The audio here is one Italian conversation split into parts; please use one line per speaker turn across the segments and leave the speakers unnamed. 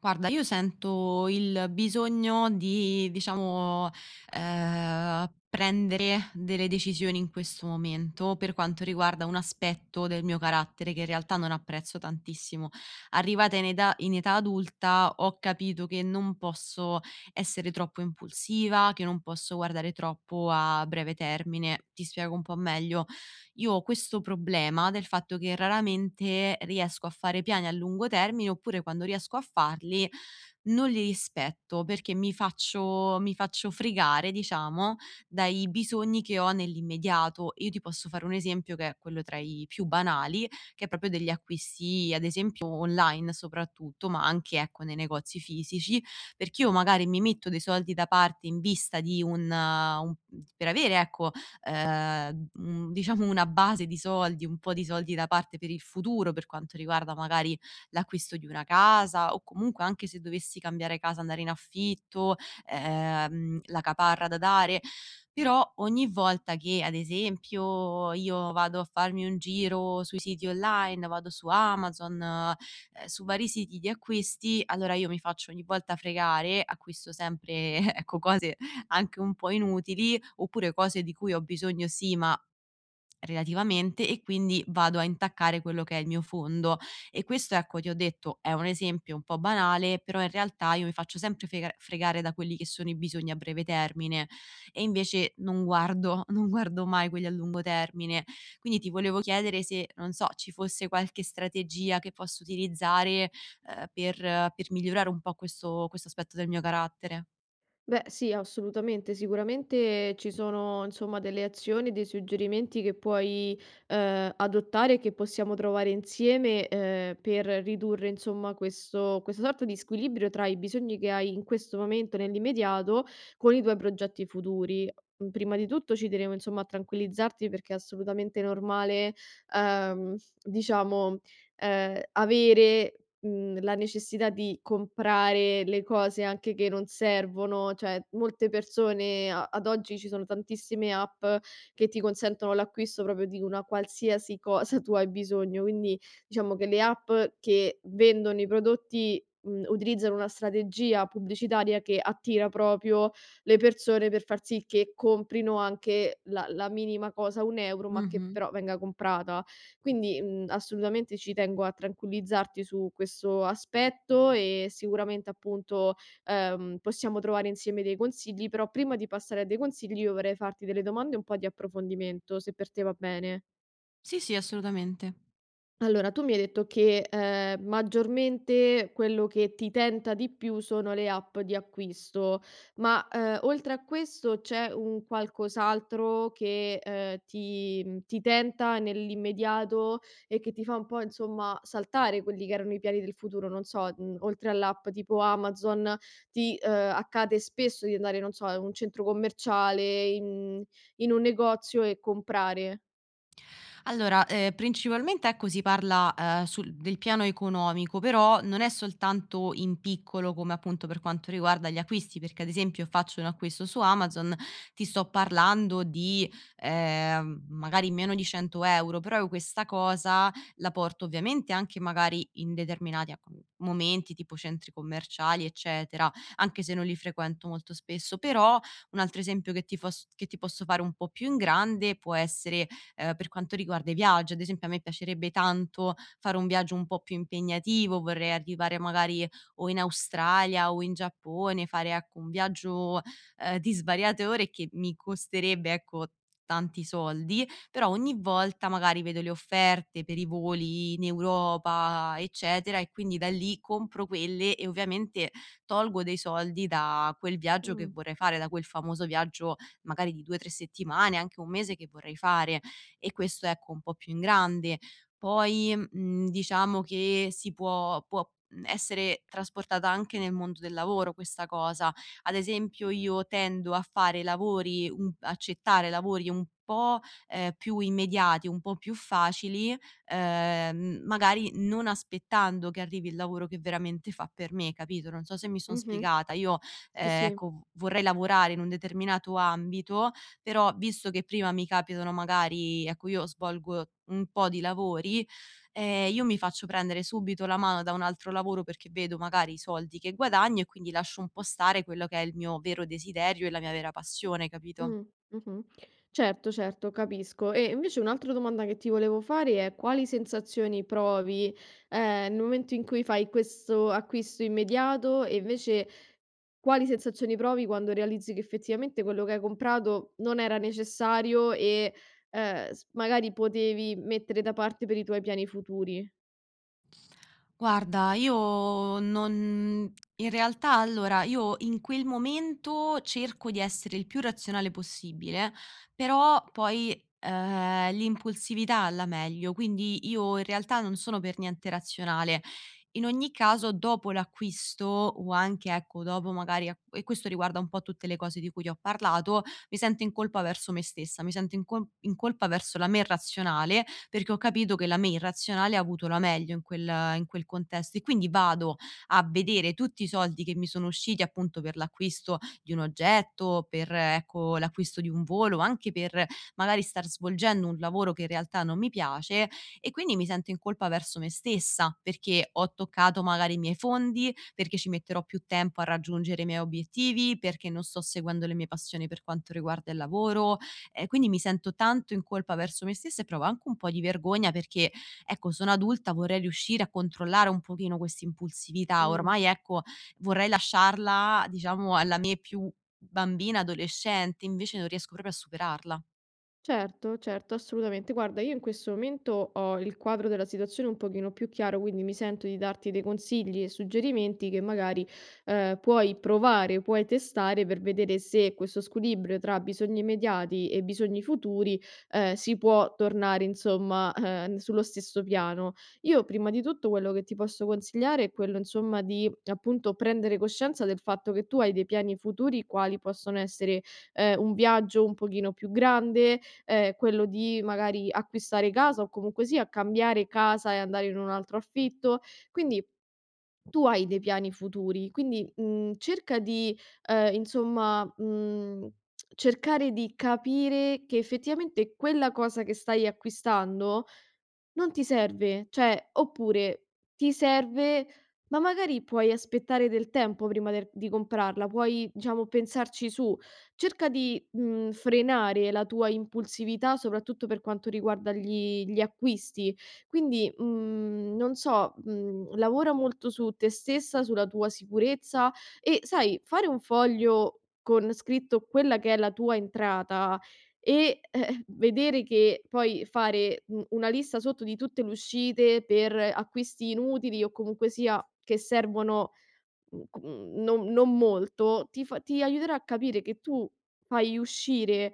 Guarda, io sento il bisogno di, diciamo, prendere delle decisioni in questo momento, per quanto riguarda un aspetto del mio carattere che in realtà non apprezzo tantissimo. Arrivata in età adulta ho capito che non posso essere troppo impulsiva, che non posso guardare troppo a breve termine. Ti spiego un po' meglio: io ho questo problema del fatto che raramente riesco a fare piani a lungo termine, oppure quando riesco a farli non li rispetto perché mi faccio fregare, diciamo, dai bisogni che ho nell'immediato. Io ti posso fare un esempio che è quello tra i più banali, che è proprio degli acquisti, ad esempio online soprattutto, ma anche, ecco, nei negozi fisici, perché io magari mi metto dei soldi da parte in vista di un per avere, ecco, diciamo una base di soldi, un po' di soldi da parte per il futuro, per quanto riguarda magari l'acquisto di una casa o comunque anche se dovessi cambiare casa, andare in affitto, la caparra da dare. Però ogni volta che, ad esempio, io vado a farmi un giro sui siti online, vado su Amazon, su vari siti di acquisti, allora io mi faccio ogni volta fregare, acquisto sempre ecco cose anche un po' inutili oppure cose di cui ho bisogno sì, ma relativamente, e quindi vado a intaccare quello che è il mio fondo. E questo, ecco, ti ho detto, è un esempio un po' banale, però in realtà io mi faccio sempre fregare da quelli che sono i bisogni a breve termine e invece non guardo non guardo mai quelli a lungo termine. Quindi ti volevo chiedere se, non so, ci fosse qualche strategia che posso utilizzare per, migliorare un po' questo aspetto del mio carattere.
Beh, sì, assolutamente. Sicuramente ci sono, insomma, delle azioni, dei suggerimenti che puoi adottare, che possiamo trovare insieme per ridurre, insomma, questo, questa sorta di squilibrio tra i bisogni che hai in questo momento, nell'immediato, con i tuoi progetti futuri. Mm, prima di tutto ci tenevo, insomma, a tranquillizzarti perché è assolutamente normale, ehm, diciamo, avere la necessità di comprare le cose anche che non servono, cioè molte persone a ad oggi ci sono tantissime app che ti consentono l'acquisto proprio di una qualsiasi cosa tu hai bisogno, quindi diciamo che le app che vendono i prodotti, utilizzano una strategia pubblicitaria che attira proprio le persone per far sì che comprino anche la minima cosa, 1 € ma che
Mhm.
però venga comprata. Quindi, assolutamente ci tengo a tranquillizzarti su questo aspetto e sicuramente appunto, possiamo trovare insieme dei consigli, però prima di passare a dei consigli io vorrei farti delle domande e un po' di approfondimento, se per te va bene.
Sì, sì, assolutamente.
Allora, tu mi hai detto che, maggiormente quello che ti tenta di più sono le app di acquisto, ma, oltre a questo c'è un qualcos'altro che, ti tenta nell'immediato e che ti fa un po' insomma saltare quelli che erano i piani del futuro, non so, oltre all'app tipo Amazon ti, accade spesso di andare, non so, in un centro commerciale, in un negozio e comprare.
Allora, principalmente, ecco, si parla, sul del piano economico, però non è soltanto in piccolo come appunto per quanto riguarda gli acquisti, perché ad esempio faccio un acquisto su Amazon, ti sto parlando di, magari meno di 100 €, però io questa cosa la porto ovviamente anche magari in determinati, ecco, momenti tipo centri commerciali, eccetera, anche se non li frequento molto spesso. Però un altro esempio che ti fos che ti posso fare un po' più in grande può essere, per quanto riguarda i viaggi. Ad esempio a me piacerebbe tanto fare un viaggio un po' più impegnativo, vorrei arrivare magari o in Australia o in Giappone, fare, ecco, un viaggio di svariate ore che mi costerebbe, ecco, tanti soldi, però ogni volta magari vedo le offerte per i voli in Europa, eccetera, e quindi da lì compro quelle e ovviamente tolgo dei soldi da quel viaggio che
Mh,
vorrei fare, da quel famoso viaggio magari di 2, 3 settimane, anche 1 mese che vorrei fare. E questo, ecco, un po' più in grande. Poi, diciamo che si può, essere trasportata anche nel mondo del lavoro questa cosa. Ad esempio io tendo a fare lavori un accettare lavori un po', più immediati, un po' più facili, magari non aspettando che arrivi il lavoro che veramente fa per me, capito? Non so se mi son
mh-mh.
spiegata. Io,
Sì, sì.
ecco, v vorrei lavorare in un determinato ambito, però visto che prima mi capitano magari, ecco, io svolgo un po' di lavori, io mi faccio prendere subito la mano da un altro lavoro perché vedo magari i soldi che guadagno e quindi lascio un po' stare quello che è il mio vero desiderio e la mia vera passione, capito?
Mh, mh-mh. Certo, certo, capisco. E invece un'altra domanda che ti volevo fare è: quali sensazioni provi, nel momento in cui fai questo acquisto immediato e invece quali sensazioni provi quando realizzi che effettivamente quello che hai comprato non era necessario e, s magari potevi mettere da parte per i tuoi piani futuri?
Guarda, io non in realtà, allora, io in quel momento cerco di essere il più razionale possibile, però poi, l'impulsività alla meglio, quindi io in realtà non sono per niente razionale. In ogni caso dopo l'acquisto o anche, ecco, dopo magari a e questo riguarda un po' tutte le cose di cui ti ho parlato, mi sento in colpa verso me stessa, mi sento in colpa verso la me razionale perché ho capito che la me irrazionale ha avuto la meglio in quel contesto e quindi vado a vedere tutti i soldi che mi sono usciti appunto per l'acquisto di un oggetto, per ecco, l'acquisto di un volo, anche per magari star svolgendo un lavoro che in realtà non mi piace e quindi mi sento in colpa verso me stessa, perché ho toccato magari i miei fondi, perché ci metterò più tempo a raggiungere i miei obiettivi, perché non sto seguendo le mie passioni per quanto riguarda il lavoro. Quindi mi sento tanto in colpa verso me stessa e provo anche un po' di vergogna perché, ecco, sono adulta, vorrei riuscire a controllare un pochino questa impulsività.
Mh.
Ormai, ecco, vorrei lasciarla, diciamo, alla me più bambina, adolescente, invece non riesco proprio a superarla.
Certo, certo, assolutamente. Guarda, io in questo momento ho il quadro della situazione un pochino più chiaro, quindi mi sento di darti dei consigli e suggerimenti che magari puoi provare, puoi testare per vedere se questo squilibrio tra bisogni immediati e bisogni futuri si può tornare, insomma, sullo stesso piano. Io prima di tutto quello che ti posso consigliare è quello, insomma, di appunto prendere coscienza del fatto che tu hai dei piani futuri, quali possono essere un viaggio un pochino più grande, quello di magari acquistare casa o comunque sia cambiare casa e andare in un altro affitto. Quindi tu hai dei piani futuri, quindi, cerca di, insomma, cercare di capire che effettivamente quella cosa che stai acquistando non ti serve, cioè oppure ti serve, ma magari puoi aspettare del tempo prima del di comprarla, puoi diciamo pensarci su. Cerca di, frenare la tua impulsività, soprattutto per quanto riguarda gli acquisti. Quindi, non so, lavora molto su te stessa, sulla tua sicurezza e sai, fare un foglio con scritto quella che è la tua entrata e, vedere che poi fare, una lista sotto di tutte le uscite per acquisti inutili o comunque sia che servono, non molto, ti aiuterà a capire che tu fai uscire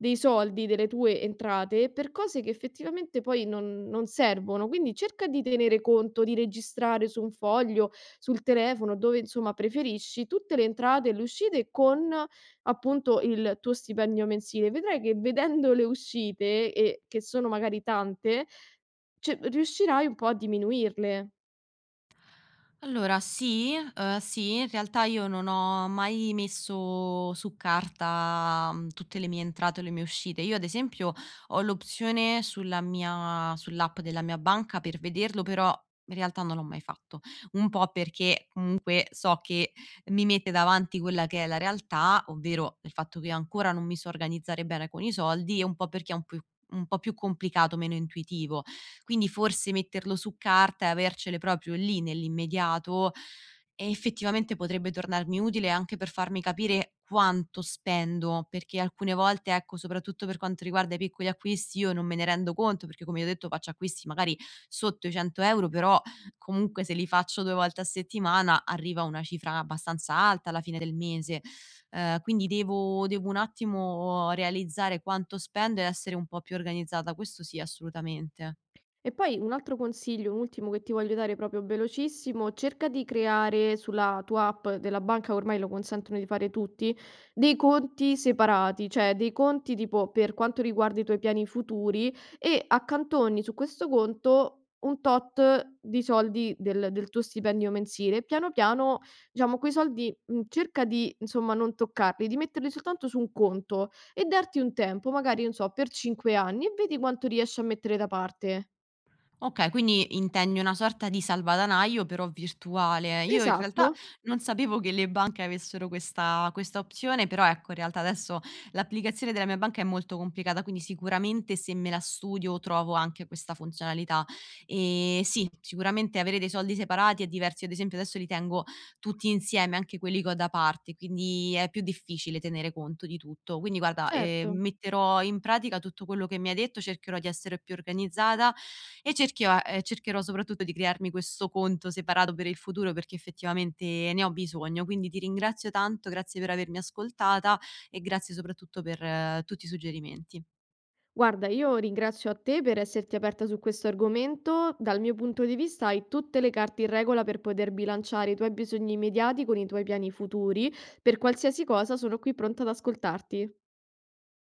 dei soldi, delle tue entrate per cose che effettivamente poi non servono. Quindi cerca di tenere conto, di registrare su un foglio, sul telefono, dove insomma preferisci, tutte le entrate e le uscite con appunto il tuo stipendio mensile. Vedrai che vedendo le uscite e che sono magari tante, ce riuscirai un po' a diminuirle.
Allora sì, sì, in realtà io non ho mai messo su carta, tutte le mie entrate o le mie uscite. Io ad esempio ho l'opzione sulla mia sull'app della mia banca per vederlo, però in realtà non l'ho mai fatto. Un po' perché comunque so che mi mette davanti quella che è la realtà, ovvero il fatto che ancora non mi so organizzare bene con i soldi, e un po' perché è un po' più complicato, meno intuitivo. Quindi forse metterlo su carta e avercele proprio lì nell'immediato, e effettivamente potrebbe tornarmi utile anche per farmi capire quanto spendo, perché alcune volte, ecco, soprattutto per quanto riguarda i piccoli acquisti, io non me ne rendo conto, perché come ti ho detto faccio acquisti magari sotto i 100 euro, però comunque se li faccio 2 volte a settimana arriva una cifra abbastanza alta alla fine del mese. Quindi devo un attimo realizzare quanto spendo e essere un po' più organizzata, questo sì, assolutamente.
E poi un altro consiglio, un ultimo che ti voglio dare proprio velocissimo, cerca di creare sulla tua app della banca, ormai lo consentono di fare tutti, dei conti separati, cioè dei conti tipo per quanto riguarda i tuoi piani futuri e accantoni su questo conto un tot di soldi del tuo stipendio mensile. Piano piano, diciamo, quei soldi cerca di, insomma, non toccarli, di metterli soltanto su un conto e darti un tempo, magari, non so, per 5 anni e vedi quanto riesci a mettere da parte.
Okay, quindi intendi una sorta di salvadanaio però virtuale. Io in
Esatto,
realtà non sapevo che le banche avessero questa opzione, però, ecco, in realtà adesso l'applicazione della mia banca è molto complicata, quindi sicuramente se me la studio trovo anche questa funzionalità. Sì, sicuramente avere dei soldi separati è diverso. Io ad esempio adesso li tengo tutti insieme, anche quelli che ho da parte, quindi è più difficile tenere conto di tutto. Quindi guarda,
certo.
metterò in pratica tutto quello che mi hai detto, cercherò di essere più organizzata e cerchio a cercherò soprattutto di crearmi questo conto separato per il futuro, perché effettivamente ne ho bisogno. Quindi ti ringrazio tanto, grazie per avermi ascoltata e grazie soprattutto per tutti i suggerimenti.
Guarda, io ringrazio a te per esserti aperta su questo argomento. Dal mio punto di vista hai tutte le carte in regola per poter bilanciare i tuoi bisogni immediati con i tuoi piani futuri. Per qualsiasi cosa sono qui pronta ad ascoltarti.